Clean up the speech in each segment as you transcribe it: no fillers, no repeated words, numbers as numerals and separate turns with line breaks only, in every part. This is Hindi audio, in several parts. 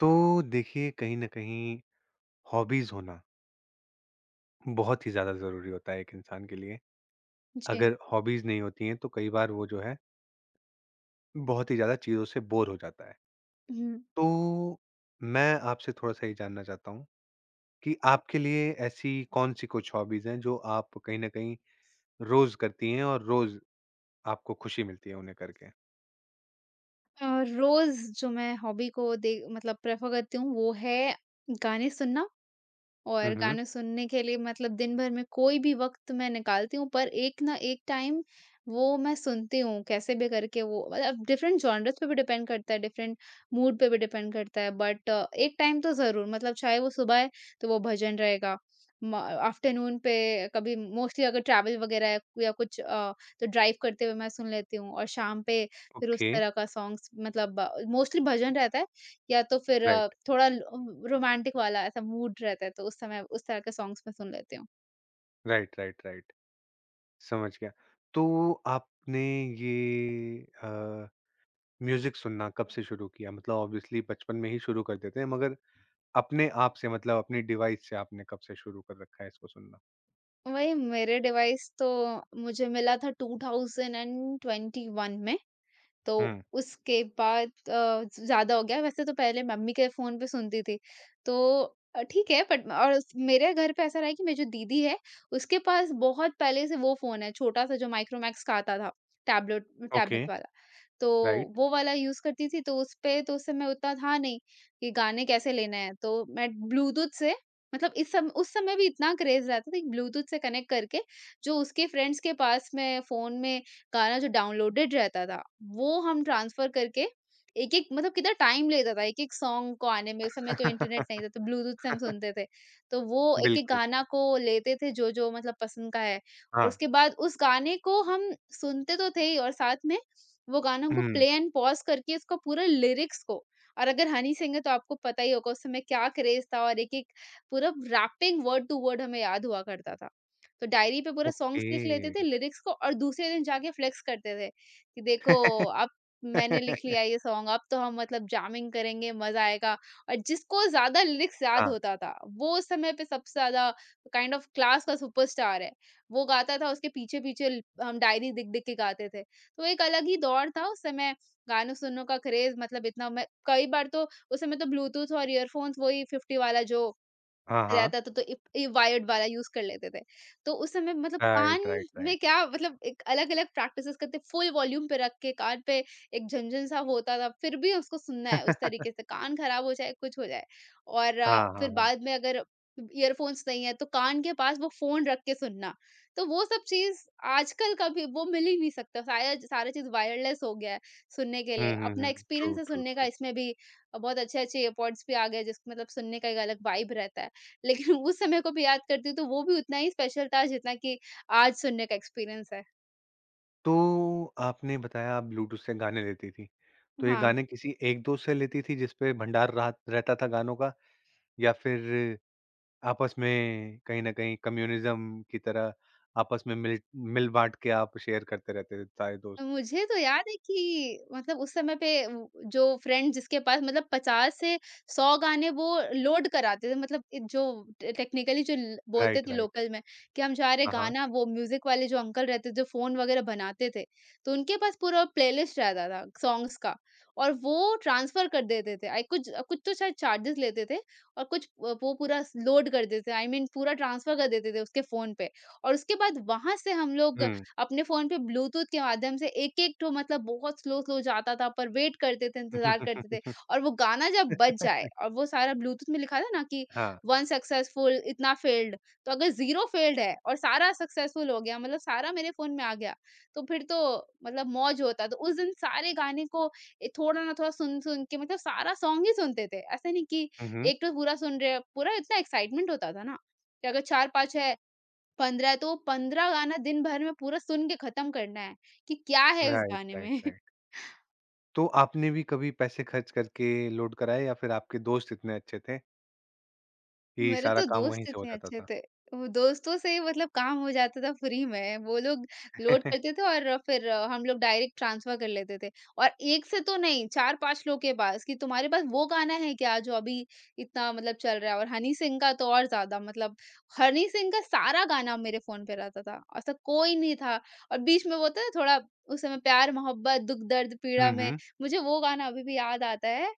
तो देखिए, कहीं न कहीं हॉबीज़ होना बहुत ही ज़्यादा ज़रूरी होता है एक इंसान के लिए।
जी।
अगर हॉबीज़ नहीं होती हैं, तो कई बार वो जो है बहुत ही ज़्यादा चीज़ों से बोर हो जाता है।
हुँ।
तो मैं आपसे थोड़ा-सा ये जानना चाहता हूँ कि आपके लिए ऐसी कौन-सी कुछ हॉबीज़ हैं जो आप कहीं न कहीं रोज़ करती हैं और रोज़ आपको खुशी मिलती है उन्हें करके?
रोज़ जो मैं हॉबी को दे मतलब प्रेफ़र करती हूँ वो है गाने सुनना।
हुँ,
और
हुँ।
गाने सुनने के लिए मतलब दिन भर में कोई भी वक़्त मैं निकालती हूँ, पर एक ना एक टाइम वो मैं सुनती हूँ। कैसे भी करके वो मतलब डिफरेंट जॉनर्स पे भी डिपेंड करता है, डिफरेंट मूड पे भी डिपेंड करता है, बट एक टाइम तो ज़रूर मतलब, चाहे वो सुबह है, तो वो भजन रहेगा। म आफ्टरनून पे कभी मोस्टली अगर ट्रैवल वग़ैरह है या कुछ तो ड्राइव करते हुए मैं सुन लेती हूँ। और शाम पे फिर उस
ओके।
तरह का सॉन्ग्स मतलब मोस्टली भजन रहता है। या तो फिर
राइट,
थोड़ा ल रोमांटिक वाला ऐसा मूड रहता है तो उस समय उस तरह के सॉन्ग्स मैं सुन लेती हूँ।
Right, right, right. समझ गया। तो आपने ये म्यूज़िक सुनना कब से शुरू किया? मतलब ऑब्वियसली बचपन में ही शुरू कर देते हैं, मगर अपने आप से मतलब अपनी डिवाइस से आपने कब से शुरू कर रखा है इसको सुनना?
वही मेरे डिवाइस तो मुझे मिला था 2021 में। तो
हुँ,
उसके बाद ज़्यादा हो गया। वैसे तो पहले मम्मी के फ़ोन पे सुनती थी। तो ठीक है। बट मेरे घर पे ऐसा रहा है कि मेरी जो दीदी है, उसके पास बहुत पहले से वो फ़ोन है, छोटा-सा, जो माइक्रोमैक्स का आता था, टैबलेट,
ओके।
टैबलेट वाला। तो
राइट?
वो वाला यूज़ करती थी, तो उसपे तो उस समय उतना था नहीं कि गाने कैसे लेने हैं। तो मैं ब्लूटूथ से मतलब इस सम उस समय भी इतना क्रेज़ रहता था कि ब्लूटूथ से कनेक्ट करके जो उसके फ्रेंड्स के पास में फ़ोन में गाना जो डाउनलोडेड रहता था, वो हम ट्रांसफ़र करके एक-एक मतलब, कितना टाइम लेता था एक-एक सॉन्ग को आने में। उस समय तो इंटरनेट नहीं था, तो ब्लूटूथ से हम सुनते थे। तो वो एक-एक
बिल्कुल,
गाना को लेते थे जो-जो मतलब पसंद का है, और
हाँ।
उसके बाद उस गाने को हम सुनते तो थे ही, और साथ में वो गाना हमको
हुँ,
प्ले एंड पॉज़ करके उसका पूरा लिरिक्स को। और अगर हनी सिंह है तो आपको पता ही होगा उस समय क्या क्रेज़ था, और एक-एक पूरा रैपिंग वर्ड टू वर्ड हमें याद हुआ करता था। तो डायरी पे पूरा सॉन्ग्स
ओके।
लिख लेते थे, लिरिक्स को, और दूसरे दिन जाके फ्लेक्स करते थे कि देखो अब मैंने लिख लिया ये सॉन्ग। अब तो हम मतलब जैमिंग करेंगे, मजा आएगा। और जिसको ज्यादा लिरिक्स याद
हाँ,
होता था, वो उस समय पे सबसे ज्यादा काइंड ऑफ क्लास का सुपरस्टार है, वो गाता था। उसके पीछे पीछे हम डायरी दिख दिख के गाते थे। तो एक अलग ही दौर था उस समय गानों सुनने का क्रेज। मतलब इतना, मैं कई बार तो उस समय तो ब्लूटूथ और ईयरफोन्स वही फिफ्टी वाला जो
हाँ, हाँ।
रहता था, तो इ ये वायर्ड वाला यूज़ कर लेते थे। तो उस समय मतलब कान
राइट, राइट,
में
राइट।
क्या मतलब एक अलग-अलग प्रैक्टिसेस करते, फुल वॉल्यूम पे रख के कान पे एक झनझन सा होता था, फिर भी उसको सुनना है उस तरीके से, कान खराब हो जाए, कुछ हो जाए। और
हाँ, हाँ,
फिर
हाँ।
बाद में अगर ईयरफ़ोन्स नहीं है तो कान के पास वो फ़ोन रख के सुनना। तो वो सब चीज़ आजकल कभी वो मिल ही नहीं सकता, साया सारा चीज़ वायरलेस हो गया है सुनने के लिए।
हुँ, हुँ,
अपना
हुँ। ट्रू,
एक्सपीरियंस है
ट्रू,
सुनने का
ट्रू।
इसमें भी। बहुत अच्छे-अच्छे एयरपॉड्स भी आ गए, जिस मतलब सुनने का एक अलग वाइब रहता है। लेकिन उस समय को भी याद करती हूँ, तो वो भी उतना ही स्पेशल था जितना कि आज सुनने का एक्सपीरियंस है।
तो आपने बताया आप ब्लूटूथ से गाने लेती थी, तो ये
हाँ।
गाने किसी एक दोस्त से लेती थी जिस पे भंडार रात रहता था गानों का या फिर आपस में कहीं न कहीं कम्युनिज़्म की तरह आपस में मिल-बाँट के आप शेयर करते रहते थे सारे दोस्त।
मुझे तो याद है कि मतलब उस समय पे जो फ्रेंड जिसके पास मतलब 50 से 100 गाने वो लोड कराते थे मतलब जो टेक्निकली जो बोलते
राइट,
थे
राइट।
लोकल में कि हम जा रहे
हाँ, हाँ।
गाना, वो म्यूजिक वाले जो अंकल रहते थे जो फोन वगैरह बनाते थे, तो उनके पास पूरा प्लेलिस्ट रहता था सॉन्ग्स का, और वो ट्रांसफर कर देते थे। आई कुछ कुछ तो शायद चार्जेस लेते थे, और कुछ वो पूरा लोड कर देते थे। आई मीन पूरा ट्रांसफर कर देते थे उसके फोन पे, और उसके बाद वहां से हम लोग
हुँ।
अपने फ़ोन पे ब्लूटूथ के माध्यम से एक-एक ठो मतलब बहुत स्लो स्लो जाता था, पर वेट करते थे, इंतज़ार करते थे। और वो गाना जब बज जाए, और वो सारा ब्लूटूथ में लिखा था ना कि
हाँ।
1 सक्सेसफुल, इतना फेल्ड, तो अगर 0 फेल्ड है और सारा सक्सेसफुल हो गया मतलब सारा मेरे फ़ोन में आ गया, तो फिर तो मतलब मौज होता। तो उस दिन सारे गाने को थोड़ा ना थोड़ा सुन-सुन के मतलब सारा सॉन्ग ही सुनते थे। ऐसा नहीं कि
हुँ, हुँ।
एक तो पूरा सुन रहे हैं, पूरा, इतना एक्साइटमेंट होता था ना कि अगर 4-5 है, 15 तो 15 गाना दिन भर में पूरा सुन के खत्म करना है, कि क्या है इस
राइट,
गाने
राइट,
में।
राइट। तो आपने भी कभी पैसे खर्च करके लोड कराए या फिर आपके दोस्त इतने अच्छे थे कि
मेरे
सारा
तो
काम वहीं
दोस्त
से हो
इतने
जाता
अच्छे
था?
थे। वो दोस्तों से ही मतलब काम हो जाता था फ्री में। वो लोग लोड करते थे और फिर हम लोग डायरेक्ट ट्रांसफ़र कर लेते थे। और एक से तो नहीं, 4-5 लोग के पास कि तुम्हारे पास वो गाना है क्या जो अभी इतना मतलब चल रहा है? और हनी सिंह का तो और ज़्यादा मतलब हनी सिंह का सारा गाना मेरे फ़ोन पे रहता था। ऐसा कोई नहीं था। और बीच में वो होता है थोड़ा उस समय प्यार, मोहब्बत, दुःख, दर्द, पीड़ा
हुँ,
में
हुँ।
मुझे वो गाना अभी भी याद आता है,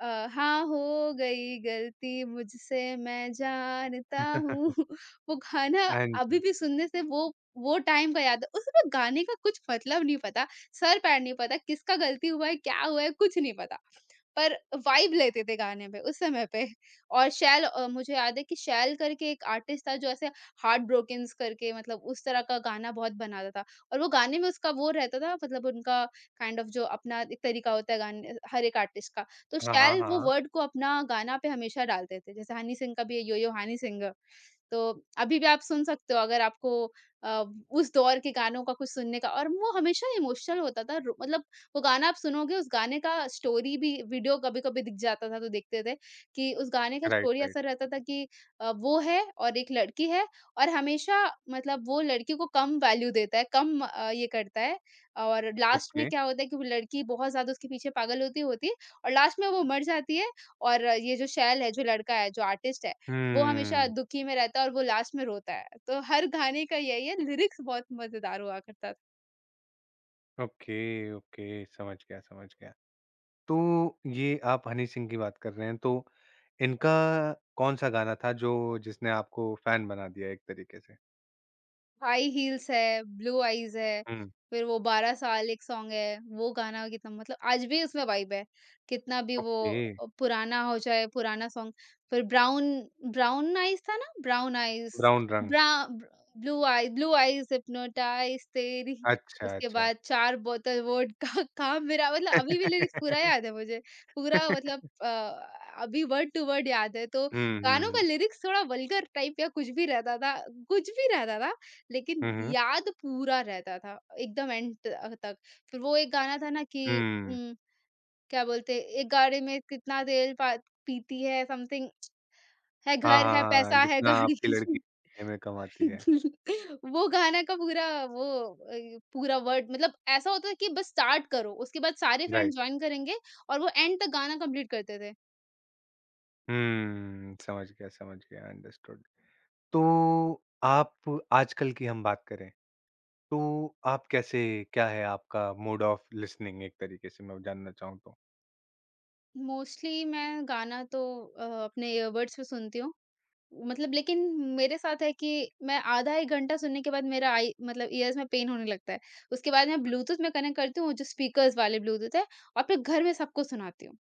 हाँ, हो गई गलती मुझसे मैं जानता हूँ। वो गाना
हाँ
अभी
जी।
भी सुनने से वो टाइम का याद है। उसमें गाने का कुछ मतलब नहीं पता, सर-पैर नहीं पता, किसका गलती हुआ है, क्या हुआ है, कुछ नहीं पता। पर वाइब लेते थे गाने पे उस समय पे। और मुझे याद है कि शैल करके एक आर्टिस्ट था, जो ऐसे हार्ट ब्रोकन्स करके मतलब उस तरह का गाना बहुत बनाता था, और वो गाने में उसका वो रहता था मतलब उनका काइंड ऑफ जो अपना एक तरीका होता है गाने हर एक आर्टिस्ट का, तो
हाँ, हाँ,
शैल
हाँ,
वो
हाँ।
वर्ड को अपना गाना पे हमेशा डालते थे। जैसे हनी सिंह का भी है, यो यो हनी सिंह। तो अभी भी आप सुन सकते हो, अगर आपको अ, उस दौर के गानों का कुछ सुनने का, और वो हमेशा इमोशनल होता था। रो मतलब वो गाना आप सुनोगे, उस गाने का स्टोरी भी वीडियो कभी-कभी दिख जाता था, तो देखते थे कि उस गाने का
राइट,
स्टोरी ऐसा
राइट।
रहता था कि वो है और एक लड़की है, और हमेशा मतलब वो लड़की को कम वैल्यू देता है, ये करता है, और लास्ट
ओके।
में क्या होता है कि वो लड़की बहुत ज़्यादा उसके पीछे पागल होती होती है, और लास्ट में वो मर जाती है, और ये जो शैल है, जो लड़का है, जो आर्टिस्ट है, वो हमेशा
हुँ।
दुखी में रहता है, और वो लास्ट में रोता है। तो हर गाने का यही है, लिरिक्स बहुत मज़ेदार हुआ करता।
Okay, okay. समझ गया, समझ गया। तो ये आप हनी सिंह की बात कर रहे हैं, तो इनका कौन-सा गाना था जो जिसने आपको फैन बना दिया एक तरीके से?
हाई हील्स है, ब्लू आईज़ है,
हुँ।
फिर वो 12 साल एक सॉन्ग है, वो गाना कितना मतलब आज भी उसमें वाइब है, कितना भी वो
ओके,
पुराना हो जाए, पुराना सॉन्ग। फिर ब्राउन, ब्राउन आईज़ था ना? ब्राउन आईज़,
ब्राउन रंग।
ब्रा ब्र blue eye blue eyes hypnotise तेरी,
अच्छा,
उसके
अच्छा।
बाद 4 बोतल वोडका का मेरा मतलब अभी भी लिरिक्स पूरा याद है मुझे, पूरा मतलब अभी वर्ड टू वर्ड याद है। तो
हुँ, हुँ,
गानों का
हुँ।
लिरिक्स थोड़ा वल्गर टाइप या कुछ भी रहता था, कुछ भी रहता था, लेकिन
हुँ, हुँ।
याद पूरा रहता था, एकदम एंड त तक। फिर वो एक गाना था ना कि
हुँ।
उम, क्या बोलते हैं, एक गाड़ी में कितना तेल पा पीती है समथिंग, है
हाँ,
घर,
हाँ,
है
हाँ,
पैसा, है
जितना
गाड़ी।
आपकी लड़की महीने में कमाती है।
वो गाना का पूरा वो पूरा वर्ड मतलब ऐसा होता था कि बस स्टार्ट करो, उसके बाद सारे
राइट।
फ्रेंड्स जॉइन करेंगे, और वो एंड तक गाना कंप्लीट करते थे।
हुँ, समझ गया, अंडरस्टूड। तो आप आजकल की हम बात करें, तो आप कैसे क्या है आपका मोड ऑफ लिसनिंग एक तरीके से मैं जानना चाहूँ तो?
मोस्टली मैं गाना तो अपने ईयरबड्स पे सुनती हूँ। मतलब लेकिन मेरे साथ है कि मैं आधा 1 घंटा सुनने के बाद मेरा आई मतलब ईयर्स में पेन होने लगता है। उसके बाद मैं ब्लूटूथ में कनेक्ट करती हूँ, जो स्पीकर्स वाले ब्लूटूथ है, और फिर घर में सबको सुनाती हूँ।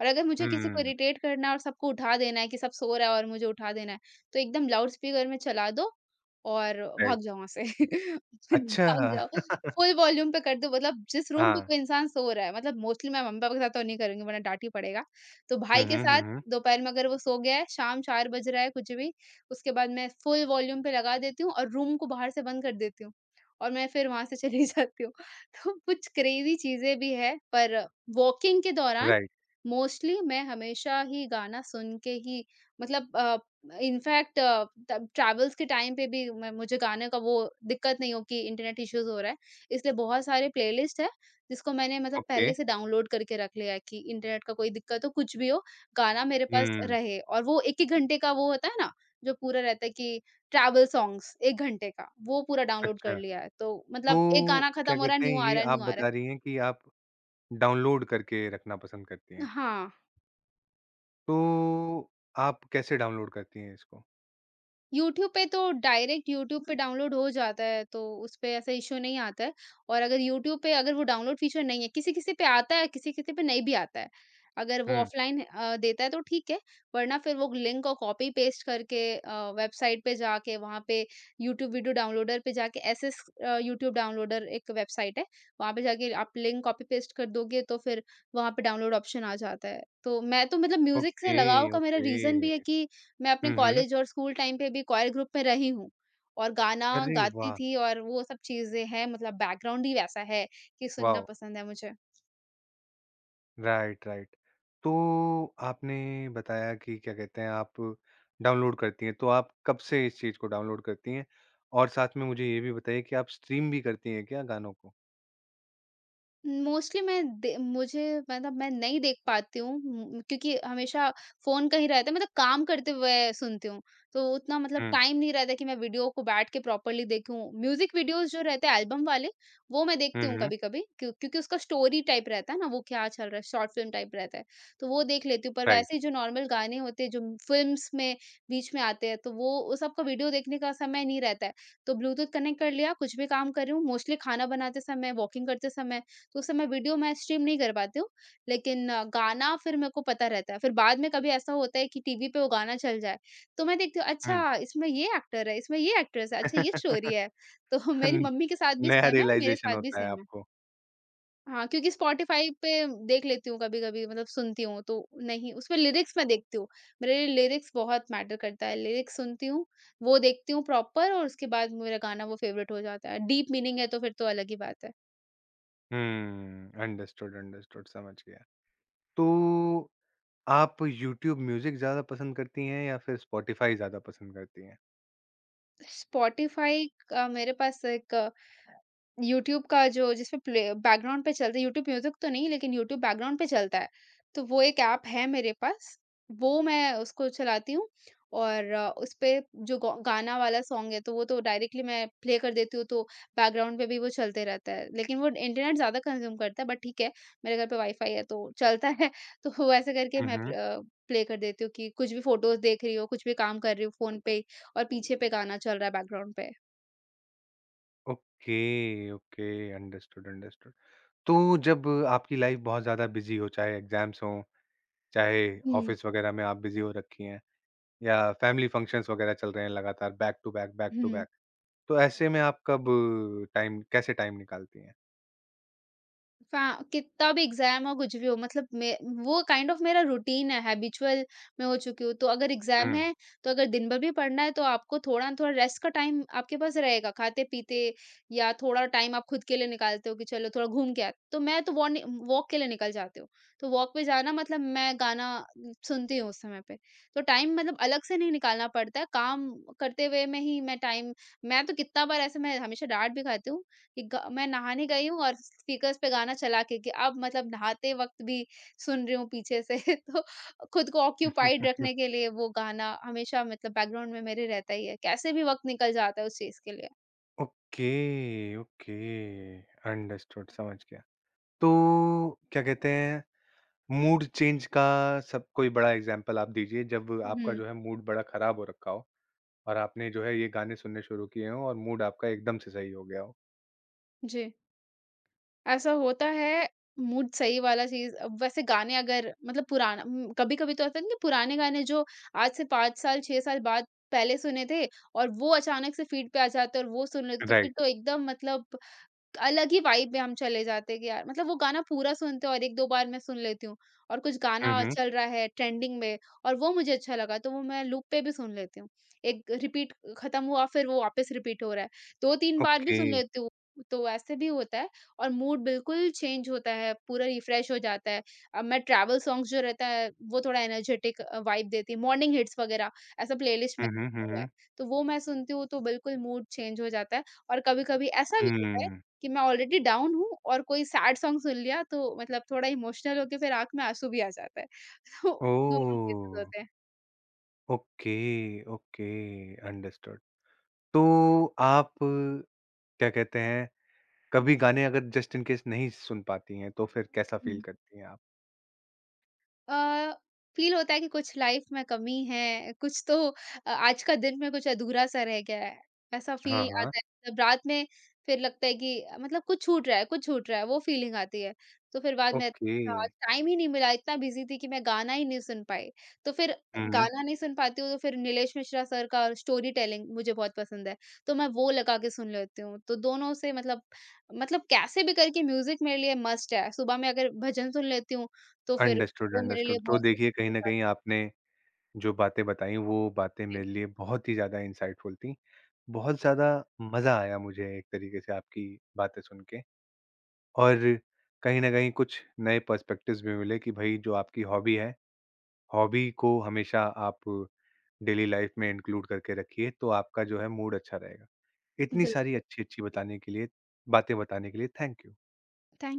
और अगर मुझे किसी को
हुँ,
इरिटेट करना है और सबको उठा देना है कि सब सो रहा है और मुझे उठा देना है, तो एकदम लाउड स्पीकर में चला दो और भाग
राइट।
जाओ वहाँ से।
अच्छा।
भाग जाओ, फुल वॉल्यूम पे कर दो मतलब जिस रूम पे
हाँ।
कोई इंसान सो रहा है, मतलब मोस्टली मैं मम्मी-पापा के साथ तो नहीं करूँगी वरना डाँट ही पड़ेगा। तो
हुँ,
भाई के
हुँ, हुँ,
साथ
हुँ।
दोपहर में अगर वो सो गया है, शाम 4 बज रहा है कुछ भी, उसके बाद मैं फुल वॉल्यूम पे लगा देती हूँ और रूम को बाहर से बंद कर देती हूँ, और मैं फिर वहाँ से चली जाती हूँ। तो कुछ क्रेज़ी चीज़ें भी हैं, पर वॉकिंग के दौरान
राइट,
मोस्टली मैं हमेशा ही गाना सुन के ही मतलब इनफैक्ट तब ट्रैवल्स के टाइम पे भी मैं मुझे गाने का वो दिक्कत नहीं हो कि इंटरनेट इश्यूज़ हो रहा है, इसलिए बहुत सारे प्लेलिस्ट है, जिसको मैंने मतलब
ओके।
पहले से डाउनलोड करके रख लिया है कि इंटरनेट का कोई दिक्कत हो, कुछ भी हो, गाना मेरे पास
हुँ,
रहे। और वो 1-1 घंटे का वो होता है ना, जो पूरा रहता है कि ट्रैवल सॉन्ग्स 1 घंटे का, वो पूरा डाउनलोड
अच्छा।
कर लिया है। तो
तो
मतलब एक गाना
क्या
खत्म हो रहा है,
कहते हैं
न्यू आ
ये
रहा है,
आप
न्यू आ रहा है।
बता रही हैं कि आप डाउनलोड करके रखना पसंद करती हैं।
हाँ।
तो आप कैसे डाउनलोड करती हैं इसको?
यूट्यूब पे तो डायरेक्ट यूट्यूब पे डाउनलोड हो जाता है, तो उसपे ऐसा इश्यू नहीं आता है। और अगर यूट्यूब पे अगर वो डाउनलोड फीचर नहीं है, किसी-किसी पे आता है, किसी-किसी पे नहीं भी आता है। अगर वो
हुँ,
ऑफलाइन देता है तो ठीक है, वरना फिर वो लिंक को कॉपी पेस्ट करके वेबसाइट पे जाके वहाँ पे यूट्यूब वीडियो डाउनलोडर पे जाके एसएस यूट्यूब डाउनलोडर एक वेबसाइट है, वहाँ पे जाके आप लिंक कॉपी पेस्ट कर दोगे तो फिर वहाँ पे डाउनलोड ऑप्शन आ जाता है। तो मैं तो मतलब म्यूज़िक से
ओके,
लगाव का मेरा
ओके।
रीज़न भी है कि मैं अपने
हुँ, हुँ।
कॉलेज और स्कूल टाइम पे भी कोयर ग्रुप में रही हूँ और गाना
अरे
गाती
वाह!
थी। और वो सब चीज़ें हैं, मतलब बैकग्राउंड ही वैसा है कि सुनना
वाओ!
पसंद है मुझे।
Right, right. तो आपने बताया कि क्या कहते हैं आप डाउनलोड करती हैं तो आप कब से इस चीज़ को डाउनलोड करती हैं? और साथ में मुझे ये भी बताइए कि आप स्ट्रीम भी करती हैं क्या गानों को?
मोस्टली मैं दे मुझे मतलब मैं नहीं देख पाती हूँ क्योंकि हमेशा फोन का ही रहता है, मतलब काम करते हुए सुनती हूँ। तो उतना मतलब
हुँ।
टाइम नहीं रहता कि मैं वीडियो को बैठ के प्रॉपरली देखूँ। म्यूजिक वीडियोस जो रहते हैं एल्बम वाले, वो मैं
हुँ,
देखती हूँ
हुँ।
कभी कभी क्योंकि उसका स्टोरी टाइप रहता है ना, वो क्या चल रहा है, शॉर्ट फिल्म टाइप रहता है। तो वो देख लेती हूँ, पर
राइट।
वैसे ही जो नॉर्मल गाने होते हैं जो फिल्म्स में बीच में आते हैं, तो वो उस सबका वीडियो देखने का समय नहीं रहता है। तो ब्लूटूथ कनेक्ट कर लिया, कुछ भी काम कर रही हूँ, मोस्टली खाना बनाते समय, वॉकिंग करते समय, तो उस समय वीडियो मैं स्ट्रीम नहीं कर पाती हूँ, लेकिन गाना फिर मेरे को पता रहता है। फिर बाद में कभी ऐसा होता है कि टीवी पे वो गाना चल जाए, तो मैं देखती हूँ,
हुँ।
अच्छा इसमें ये एक्टर है, इसमें ये एक्ट्रेस है,
न।
अच्छा ये स्टोरी है। तो मेरी मम्मी के साथ भी
नया
सेम है, मेरे
रियलाइज़ेशन
साथ भी
होता है
सेम है।
आपको।
हाँ, क्योंकि स्पॉटिफ़ाई पे देख लेती हूँ कभी-कभी, मतलब सुनती हूँ तो नहीं, उसमें लिरिक्स मैं देखती हूँ। मेरे लिए लिरिक्स बहुत मैटर करता है। लिरिक्स सुनती हूँ, वो देखती हूँ प्रॉपर, और उसके बाद मेरा गाना वो फ़ेवरेट हो जाता है। डीप मीनिंग है तो फिर तो अलग ही बात है।
हुँ। अंडरस्टूड, अंडरस्टूड, समझ गया। तो आप यूट्यूब म्यूज़िक ज़्यादा पसंद करती हैं या फिर स्पॉटिफ़ाई ज़्यादा पसंद करती हैं?
स्पॉटिफ़ाई का मेरे पास एक, यूट्यूब का जो जिसपे प्ले बैकग्राउंड पे चलता है, यूट्यूब म्यूज़िक तो नहीं, लेकिन यूट्यूब बैकग्राउंड पे चलता है। तो वो एक ऐप है मेरे पास, वो मैं उसको चलाती हूँ और उसपे जो गौ गाना वाला सॉन्ग है, तो वो तो डायरेक्टली मैं प्ले कर देती हूँ, तो बैकग्राउंड पे भी वो चलते रहता है। लेकिन वो इंटरनेट ज़्यादा कंज़्यूम करता है, बट ठीक है, मेरे घर पे वाईफ़ाई है तो चलता है। तो वो ऐसे करके
हुँ,
मैं
हुँ।
प्ले कर देती हूँ कि कुछ भी फ़ोटोज़ देख रही हो, कुछ भी काम कर रही हूँ फ़ोन पे ही और पीछे पे गाना चल रहा है बैकग्राउंड पे।
Okay, okay, understood, understood. तो जब आपकी लाइफ बहुत ज़्यादा बिज़ी हो, चाहे एग्ज़ाम्स हों, चाहे
हुँ,
ऑफ़िस वग़ैरह में आप बिज़ी हो रखी हैं या फ़ैमिली फ़ंक्शंस वग़ैरह चल रहे हैं लगातार बैक टू
हुँ।
बैक, तो ऐसे में आप कब टाइम कैसे टाइम निकालती हैं?
फ़ा कितना भी एग्ज़ाम हो, कुछ भी हो, मतलब मैं वो काइंड ऑफ़, मेरा रूटीन है, हैबिचुअल मैं हो चुकी हूँ। तो अगर एग्ज़ाम
हुँ।
है, तो अगर दिन भर भी पढ़ना है तो आपको थोड़ा ना थोड़ा रेस्ट का टाइम आपके पास रहेगा। खाते-पीते या थोड़ा टाइम आप खुद के लिए निकालते हो कि चलो थोड़ा घूम के आते, तो मैं तो वॉर्नि वॉक के लिए निकल जाती हूँ। तो वॉक पे जाना मतलब मैं गाना सुनती हूँ उस समय पे। तो टाइम मतलब अलग से नहीं निकालना पड़ता है, काम करते हुए में ही मैं टाइम। मैं तो कितना बार ऐसे, मैं हमेशा डाँट भी खाती हूँ कि ग मैं नहाने गई हूँ और स्पीकर्स पे गाना चला के कि अब मतलब नहाते वक़्त भी सुन रही हूँ पीछे से। तो खुद को ऑक्यूपाइड रखने के लिए वो गाना हमेशा मतलब बैकग्राउंड में मेरे रहता ही है। कैसे भी वक़्त निकल जाता है उस चीज़ के लिए।
ओके, ओके, अंडरस्टूड, समझ गया। तो क्या कहते हैं, मूड चेंज का सब कोई बड़ा एग्ज़ाम्पल आप दीजिए जब आपका
हुँ,
जो है मूड बड़ा ख़राब हो रखा हो और आपने जो है ये गाने सुनने शुरू किए हों और मूड आपका एकदम से सही हो गया हो?
जी। ऐसा होता है मूड सही वाला चीज़, वैसे गाने अगर मतलब पुराना, कभी-कभी तो ऐसा नहीं कि पुराने गाने जो आज से 5 साल, 6 साल बाद पहले सुने थे और वो अचानक से फ़ीड पे आ जाते हैं और वो सुन लेते तो फिर
राइट।
तो एकदम मतलब अलग ही वाइब में हम चले जाते हैं कि यार, मतलब वो गाना पूरा सुनते हैं और 1-2 बार मैं सुन लेती हूँ। और कुछ
हुँ,
गाना
हुँ।
चल रहा है ट्रेंडिंग में और वो मुझे अच्छा लगा, तो वो मैं लूप पे भी सुन लेती हूँ। एक रिपीट खत्म हुआ, फिर वो वापस रिपीट हो रहा है। 2-3 बार भी
ओके।
सुन लेती हूँ। तो ऐसे भी होता है और मूड बिल्कुल चेंज होता है, पूरा रिफ्रेश हो जाता है। अब मैं ट्रैवल सॉन्ग्स जो रहता है वो थोड़ा एनर्जेटिक वाइब देती है, मॉर्निंग हिट्स वगैरह ऐसा प्लेलिस्ट में
हुँ, हुँ, हुँ,
हुआ है।
हुँ।
तो वो मैं सुनती हूँ तो बिल्कुल मूड चेंज हो जाता है और कभी-कभी ऐसा भी होता है
हुँ।
कि मैं ऑलरेडी डाउन हूँ और कोई सैड सॉन्ग सुन लिया तो मतलब थोड़ा इमोशनल होके फिर आँख में आँसू भी आ जाता है। तो दोनों केसेस
ओह!
होते
ओके, ओके, अंडरस्टूड। तो आप क्या कहते हैं, कभी गाने अगर जस्ट इन केस नहीं सुन पाती हैं, तो फिर कैसा फ़ील
हैं।
करती हैं आप?
अ, फ़ील होता है कि कुछ लाइफ़ में कमी है, कुछ तो आज का दिन में कुछ अधूरा-सा रह गया है, ऐसा
हाँ,
फ़ील
हाँ।
आता है। जब रात में फिर लगता है कि मतलब कुछ छूट रहा है, कुछ छूट रहा है, वो फ़ीलिंग आती है। तो फिर बाद में
ओके।
अच्छा आज टाइम ही नहीं मिला, इतना बिज़ी थी कि मैं गाना ही नहीं सुन पाई। तो फिर
हुँ, हुँ।
गाना नहीं सुन पाती हूँ, तो फिर नीलेश मिश्रा सर का स्टोरी टेलिंग मुझे बहुत पसंद है, तो मैं वो लगा के सुन लेती हूँ। तो दोनों से मतलब कैसे भी करके म्यूज़िक मेरे लिए मस्ट है। सुबह में अगर भजन सुन लेती हूँ, तो फिर
अंडरस्टूड,
वो मेरे
अंडरस्टूड।
लिए
तो
बहुत
देखिए, कहीं न कहीं आपने जो बातें बताई, वो बातें
थे।
मेरे लिए बहुत ही ज़्यादा इंसाइटफुल थीं। बहुत ज़्यादा मज़ा आया मुझे एक तरीके से आपकी बातें सुन के। और कहीं न कहीं कुछ नए पर्सपेक्टिव्स भी मिले कि भई जो आपकी हॉबी है, हॉबी को हमेशा आप डेली लाइफ में इंक्लूड करके रखिए, तो आपका जो है मूड अच्छा रहेगा। इतनी सारी
बिल्कुल,
अच्छी-अच्छी बताने के लिए बातें बताने के लिए थैंक यू।
थैंक